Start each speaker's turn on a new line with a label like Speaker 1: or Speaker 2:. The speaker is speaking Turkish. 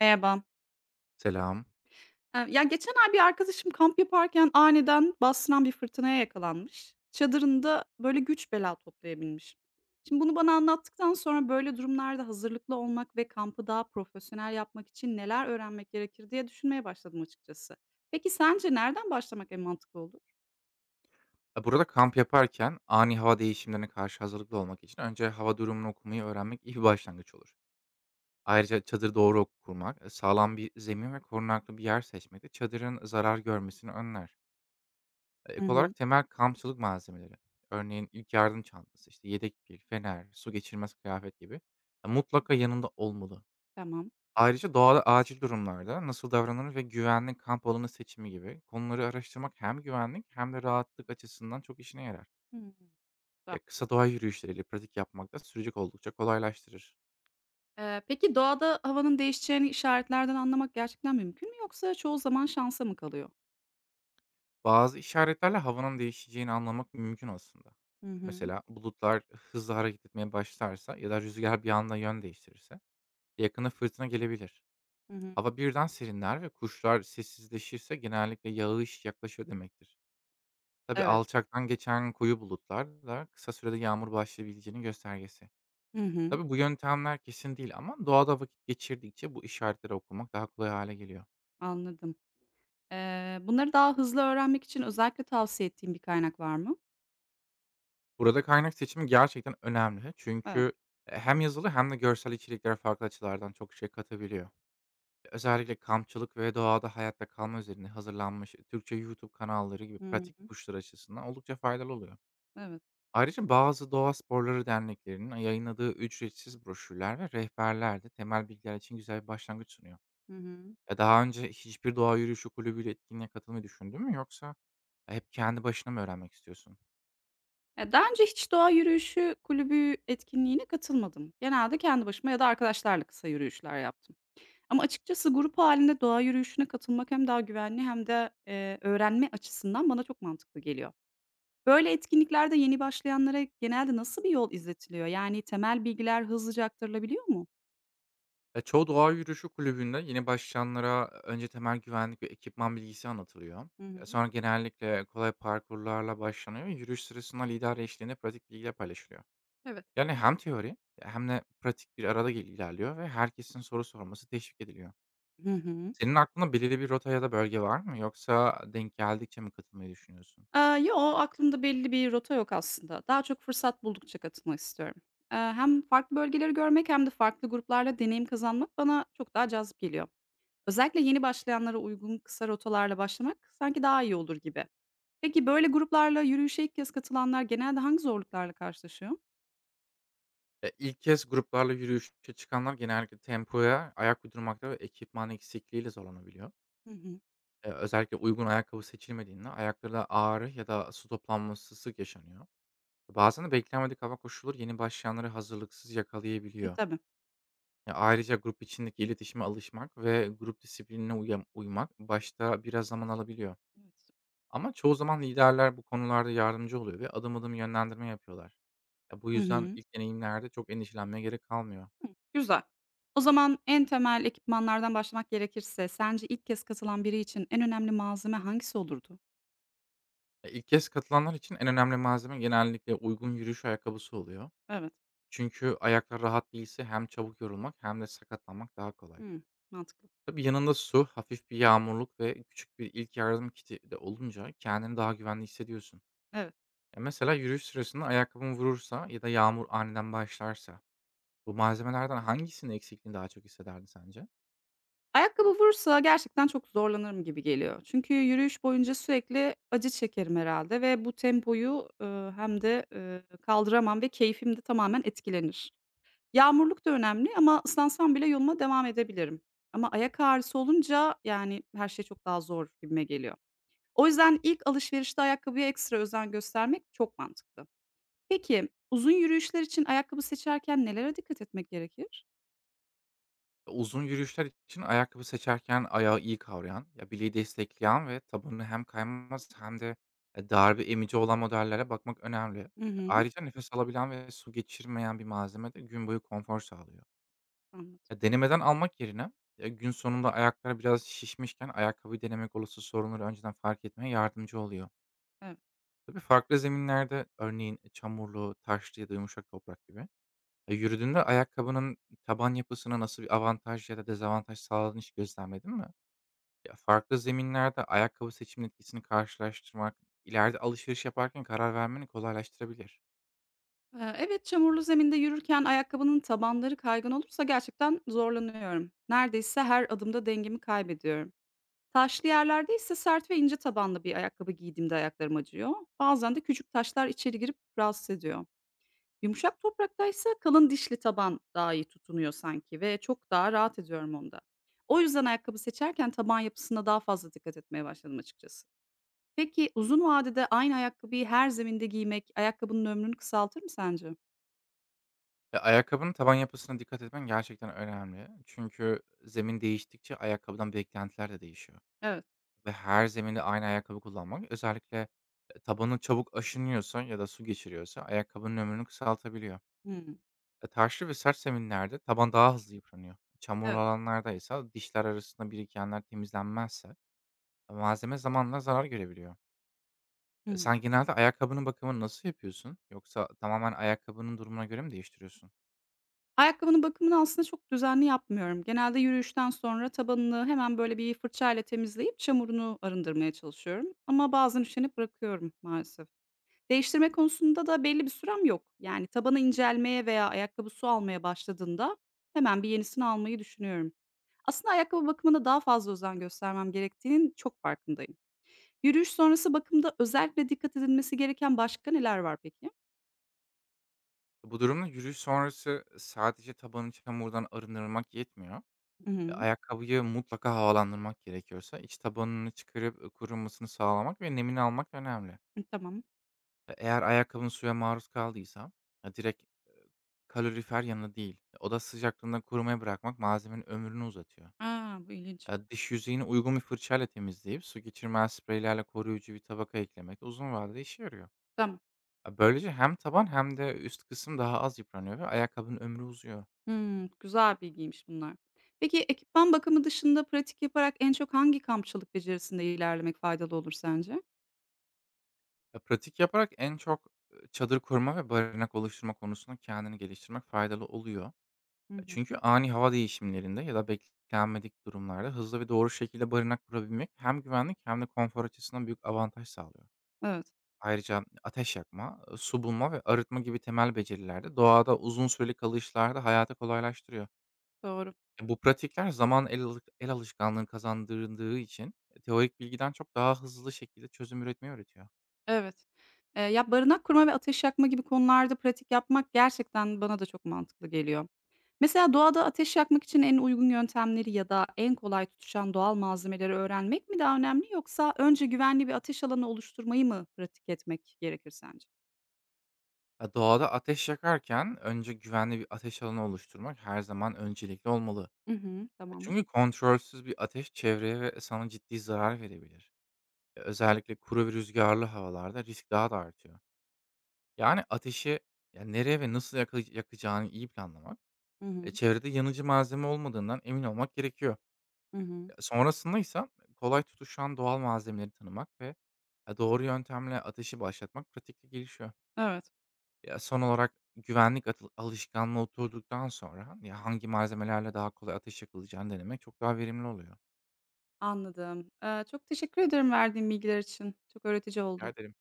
Speaker 1: Merhaba.
Speaker 2: Selam.
Speaker 1: Ya geçen ay bir arkadaşım kamp yaparken aniden bastıran bir fırtınaya yakalanmış. Çadırında böyle güç bela toplayabilmiş. Şimdi bunu bana anlattıktan sonra böyle durumlarda hazırlıklı olmak ve kampı daha profesyonel yapmak için neler öğrenmek gerekir diye düşünmeye başladım açıkçası. Peki sence nereden başlamak en mantıklı olur?
Speaker 2: Burada kamp yaparken ani hava değişimlerine karşı hazırlıklı olmak için önce hava durumunu okumayı öğrenmek iyi bir başlangıç olur. Ayrıca çadırı doğru kurmak, sağlam bir zemin ve korunaklı bir yer seçmek de çadırın zarar görmesini önler.
Speaker 1: Hı
Speaker 2: Ek
Speaker 1: hı.
Speaker 2: olarak temel kampçılık malzemeleri, örneğin ilk yardım çantası, işte yedek pil, fener, su geçirmez kıyafet gibi mutlaka yanında olmalı.
Speaker 1: Tamam.
Speaker 2: Ayrıca doğada acil durumlarda nasıl davranılır ve güvenli kamp alanı seçimi gibi konuları araştırmak hem güvenlik hem de rahatlık açısından çok işine yarar.
Speaker 1: Hmm, güzel.
Speaker 2: Ya, kısa doğa yürüyüşleriyle pratik yapmak da süreci oldukça kolaylaştırır.
Speaker 1: Peki doğada havanın değişeceğini işaretlerden anlamak gerçekten mümkün mü yoksa çoğu zaman şansa mı kalıyor?
Speaker 2: Bazı işaretlerle havanın değişeceğini anlamak mümkün aslında.
Speaker 1: Hı hı.
Speaker 2: Mesela bulutlar hızlı hareket etmeye başlarsa ya da rüzgar bir anda yön değiştirirse yakına fırtına gelebilir.
Speaker 1: Hı hı.
Speaker 2: Hava birden serinler ve kuşlar sessizleşirse genellikle yağış yaklaşıyor demektir. Tabii
Speaker 1: Evet.
Speaker 2: alçaktan geçen koyu bulutlar da kısa sürede yağmur başlayabileceğinin göstergesi.
Speaker 1: Hı hı,
Speaker 2: Tabii bu yöntemler kesin değil ama doğada vakit geçirdikçe bu işaretleri okumak daha kolay hale geliyor.
Speaker 1: anladım. Bunları daha hızlı öğrenmek için özellikle tavsiye ettiğin bir kaynak var mı?
Speaker 2: Burada kaynak seçimi gerçekten önemli.
Speaker 1: Evet.
Speaker 2: Çünkü hem yazılı hem de görsel içerikler farklı açılardan çok şey katabiliyor. Özellikle kampçılık ve doğada hayatta kalma üzerine hazırlanmış Türkçe YouTube kanalları gibi
Speaker 1: Hımm.
Speaker 2: pratik ipuçları açısından oldukça faydalı oluyor.
Speaker 1: Evet.
Speaker 2: Ayrıca bazı doğa sporları derneklerinin yayınladığı ücretsiz broşürler ve rehberler de temel bilgiler için güzel bir başlangıç sunuyor.
Speaker 1: Hı hı.
Speaker 2: Ya, daha önce hiçbir doğa yürüyüşü kulübüyle etkinliğe katılmayı düşündün mü yoksa hep kendi başına mı öğrenmek istiyorsun?
Speaker 1: Ya, daha önce hiç doğa yürüyüşü kulübü etkinliğine katılmadım. Genelde kendi başıma ya da arkadaşlarla kısa yürüyüşler yaptım. Ama açıkçası grup hâlinde doğa yürüyüşüne katılmak hem daha güvenli hem de, öğrenme açısından bana çok mantıklı geliyor. Böyle etkinliklerde yeni başlayanlara genelde nasıl bir yol izletiliyor? Yani temel bilgiler hızlıca aktarılabiliyor mu?
Speaker 2: Çoğu doğa yürüyüşü kulübünde yeni başlayanlara önce temel güvenlik ve ekipman bilgisi anlatılıyor.
Speaker 1: Hı hı.
Speaker 2: Sonra genellikle kolay parkurlarla başlanıyor ve yürüyüş sırasında lider eşliğinde pratik bilgiler paylaşılıyor.
Speaker 1: Evet.
Speaker 2: Yani hem teori hem de pratik bir arada ilerliyor ve herkesin soru sorması teşvik ediliyor.
Speaker 1: Hı hı.
Speaker 2: Senin aklında belirli bir rota ya da bölge var mı? Yoksa denk geldikçe mi katılmayı düşünüyorsun?
Speaker 1: Aaa, yo, aklımda belli bir rota yok aslında. Daha çok fırsat buldukça katılmak istiyorum. Hem farklı bölgeleri görmek hem de farklı gruplarla deneyim kazanmak bana çok daha cazip geliyor. Özellikle yeni başlayanlara uygun kısa rotalarla başlamak sanki daha iyi olur gibi. Peki böyle gruplarla yürüyüşe ilk kez katılanlar genelde hangi zorluklarla karşılaşıyor?
Speaker 2: İlk kez gruplarla yürüyüşe çıkanlar genellikle tempoya ayak uydurmakta ve ekipman eksikliğiyle zorlanabiliyor.
Speaker 1: Hı hı.
Speaker 2: Özellikle uygun ayakkabı seçilmediğinde ayaklarda ağrı ya da su toplanması sık yaşanıyor. Bazen de beklenmedik hava koşulları yeni başlayanları hazırlıksız
Speaker 1: Hı,
Speaker 2: yakalayabiliyor.
Speaker 1: tabii.
Speaker 2: Ya ayrıca grup içindeki iletişime alışmak ve grup disiplinine uymak başta biraz zaman alabiliyor.
Speaker 1: Evet.
Speaker 2: Ama çoğu zaman liderler bu konularda yardımcı oluyor ve adım adım yönlendirme yapıyorlar. Ya bu
Speaker 1: Hı
Speaker 2: yüzden
Speaker 1: hı.
Speaker 2: ilk deneyimlerde çok endişelenmeye gerek kalmıyor.
Speaker 1: Hıı, güzel. O zaman en temel ekipmanlardan başlamak gerekirse sence ilk kez katılan biri için en önemli malzeme hangisi olurdu?
Speaker 2: Ya ilk kez katılanlar için en önemli malzeme genellikle uygun yürüyüş ayakkabısı oluyor.
Speaker 1: Evet.
Speaker 2: Çünkü ayaklar rahat değilse hem çabuk yorulmak hem de sakatlanmak daha kolay.
Speaker 1: Hımm, mantıklı.
Speaker 2: Tabii yanında su, hafif bir yağmurluk ve küçük bir ilk yardım kiti de olunca kendini daha güvenli hissediyorsun.
Speaker 1: Evet.
Speaker 2: Ya mesela yürüyüş sırasında ayakkabın vurursa ya da yağmur aniden başlarsa bu malzemelerden hangisinin eksikliğini daha çok hissederdin sence?
Speaker 1: Ayakkabı vursa gerçekten çok zorlanırım gibi geliyor. Çünkü yürüyüş boyunca sürekli acı çekerim herhalde ve bu tempoyu, hem de, kaldıramam ve keyfim de tamamen etkilenir. Yağmurluk da önemli ama ıslansam bile yoluma devam edebilirim. Ama ayak ağrısı olunca, yani, her şey çok daha zor gibime geliyor. O yüzden ilk alışverişte ayakkabıya ekstra özen göstermek çok mantıklı. Peki, uzun yürüyüşler için ayakkabı seçerken nelere dikkat etmek gerekir?
Speaker 2: Uzun yürüyüşler için ayakkabı seçerken ayağı iyi kavrayan, ya bileği destekleyen ve tabanını hem kaymaz hem de darbe emici olan modellere bakmak önemli.
Speaker 1: Hı hı.
Speaker 2: Ayrıca nefes alabilen ve su geçirmeyen bir malzeme de gün boyu konfor sağlıyor.
Speaker 1: Anladım.
Speaker 2: Denemeden almak yerine, gün sonunda ayaklar biraz şişmişken ayakkabıyı denemek olası sorunları önceden fark etmeye yardımcı oluyor.
Speaker 1: Evet.
Speaker 2: Tabii farklı zeminlerde, örneğin çamurlu, taşlı ya da yumuşak toprak gibi yürüdüğünde ayakkabının taban yapısına nasıl bir avantaj ya da dezavantaj sağladığını hiç gözlemledin mi? Ya, farklı zeminlerde ayakkabı seçiminin etkisini karşılaştırmak, ileride alışveriş yaparken karar vermeni kolaylaştırabilir.
Speaker 1: Evet, çamurlu zeminde yürürken ayakkabının tabanları kaygan olursa gerçekten zorlanıyorum. Neredeyse her adımda dengemi kaybediyorum. Taşlı yerlerde ise sert ve ince tabanlı bir ayakkabı giydiğimde ayaklarım acıyor. Bazen de küçük taşlar içeri girip rahatsız ediyor. Yumuşak toprakta ise kalın dişli taban daha iyi tutunuyor sanki ve çok daha rahat ediyorum onda. O yüzden ayakkabı seçerken taban yapısına daha fazla dikkat etmeye başladım açıkçası. Peki uzun vadede aynı ayakkabıyı her zeminde giymek ayakkabının ömrünü kısaltır mı sence?
Speaker 2: Ayakkabının taban yapısına dikkat etmen gerçekten önemli. Çünkü zemin değiştikçe ayakkabıdan beklentiler de değişiyor.
Speaker 1: Evet.
Speaker 2: Ve her zeminde aynı ayakkabı kullanmak özellikle tabanı çabuk aşınıyorsa ya da su geçiriyorsa ayakkabının ömrünü kısaltabiliyor.
Speaker 1: Hımm.
Speaker 2: Taşlı ve sert zeminlerde taban daha hızlı yıpranıyor. Çamurlu
Speaker 1: Evet.
Speaker 2: alanlarda ise dişler arasında birikenler temizlenmezse malzeme zamanla zarar görebiliyor.
Speaker 1: Hımm.
Speaker 2: Sen genelde ayakkabının bakımını nasıl yapıyorsun? Yoksa tamamen ayakkabının durumuna göre mi değiştiriyorsun?
Speaker 1: Ayakkabının bakımını aslında çok düzenli yapmıyorum. Genelde yürüyüşten sonra tabanını hemen böyle bir fırçayla temizleyip çamurunu arındırmaya çalışıyorum ama bazen üşenip bırakıyorum maalesef. Değiştirme konusunda da belli bir sürem yok. Yani tabanı incelmeye veya ayakkabı su almaya başladığında hemen bir yenisini almayı düşünüyorum. Aslında ayakkabı bakımına daha fazla özen göstermem gerektiğinin çok farkındayım. Yürüyüş sonrası bakımda özellikle dikkat edilmesi gereken başka neler var peki?
Speaker 2: Bu durumda yürüyüş sonrası sadece tabanı çamurdan arındırmak yetmiyor.
Speaker 1: Hı hı.
Speaker 2: Ayakkabıyı mutlaka havalandırmak gerekiyorsa iç tabanını çıkarıp kurumasını sağlamak ve nemini almak önemli.
Speaker 1: Hı, tamam.
Speaker 2: Eğer ayakkabın suya maruz kaldıysa e, direkt kalorifer yanı değil. Oda sıcaklığında kurumaya bırakmak malzemenin ömrünü uzatıyor.
Speaker 1: A, bu ilginç.
Speaker 2: Dış yüzeyini uygun bir fırçayla temizleyip su geçirmez spreylerle koruyucu bir tabaka eklemek uzun vadede işe yarıyor.
Speaker 1: Tamam.
Speaker 2: Böylece hem taban hem de üst kısım daha az yıpranıyor ve ayakkabının ömrü uzuyor.
Speaker 1: Hımm, güzel bilgiymiş bunlar. Peki, ekipman bakımı dışında pratik yaparak en çok hangi kampçılık becerisinde ilerlemek faydalı olur sence?
Speaker 2: Pratik yaparak en çok çadır kurma ve barınak oluşturma konusunda kendini geliştirmek faydalı oluyor.
Speaker 1: Hı hı.
Speaker 2: Çünkü ani hava değişimlerinde ya da beklenmedik durumlarda hızlı ve doğru şekilde barınak kurabilmek hem güvenlik hem de konfor açısından büyük avantaj sağlıyor.
Speaker 1: Evet,
Speaker 2: Ayrıca ateş yakma, su bulma ve arıtma gibi temel becerilerde doğada uzun süreli kalışlarda hayatı kolaylaştırıyor.
Speaker 1: doğru.
Speaker 2: Bu pratikler zaman el alık el alışkanlığı kazandırdığı için, teorik bilgiden çok daha hızlı şekilde çözüm üretmeyi öğretiyor.
Speaker 1: Evet. Ya, barınak kurma ve ateş yakma gibi konularda pratik yapmak gerçekten bana da çok mantıklı geliyor. Mesela doğada ateş yakmak için en uygun yöntemleri ya da en kolay tutuşan doğal malzemeleri öğrenmek mi daha önemli yoksa önce güvenli bir ateş alanı oluşturmayı mı pratik etmek gerekir sence?
Speaker 2: Ya, doğada ateş yakarken önce güvenli bir ateş alanı oluşturmak her zaman öncelikli olmalı.
Speaker 1: Hı hı, tamam.
Speaker 2: Çünkü kontrolsüz bir ateş çevreye ve sana ciddi zarar verebilir. Özellikle kuru ve rüzgarlı havalarda risk daha da artıyor. Yani, ateşi, ya, nereye ve nasıl yakacağını iyi planlamak,
Speaker 1: Hı
Speaker 2: e,
Speaker 1: hı,
Speaker 2: çevrede yanıcı malzeme olmadığından emin olmak gerekiyor.
Speaker 1: hı hı.
Speaker 2: Ya, sonrasında ise kolay tutuşan doğal malzemeleri tanımak ve, ya, doğru yöntemle ateşi başlatmak pratikte gelişiyor.
Speaker 1: Evet.
Speaker 2: Ya, son olarak güvenlik alışkanlığı oturduktan sonra, ya, hangi malzemelerle daha kolay ateş yakılacağını denemek çok daha verimli oluyor.
Speaker 1: Anladım. Çok teşekkür ederim verdiğin bilgiler için. Çok öğretici
Speaker 2: Rica
Speaker 1: oldu.
Speaker 2: ederim.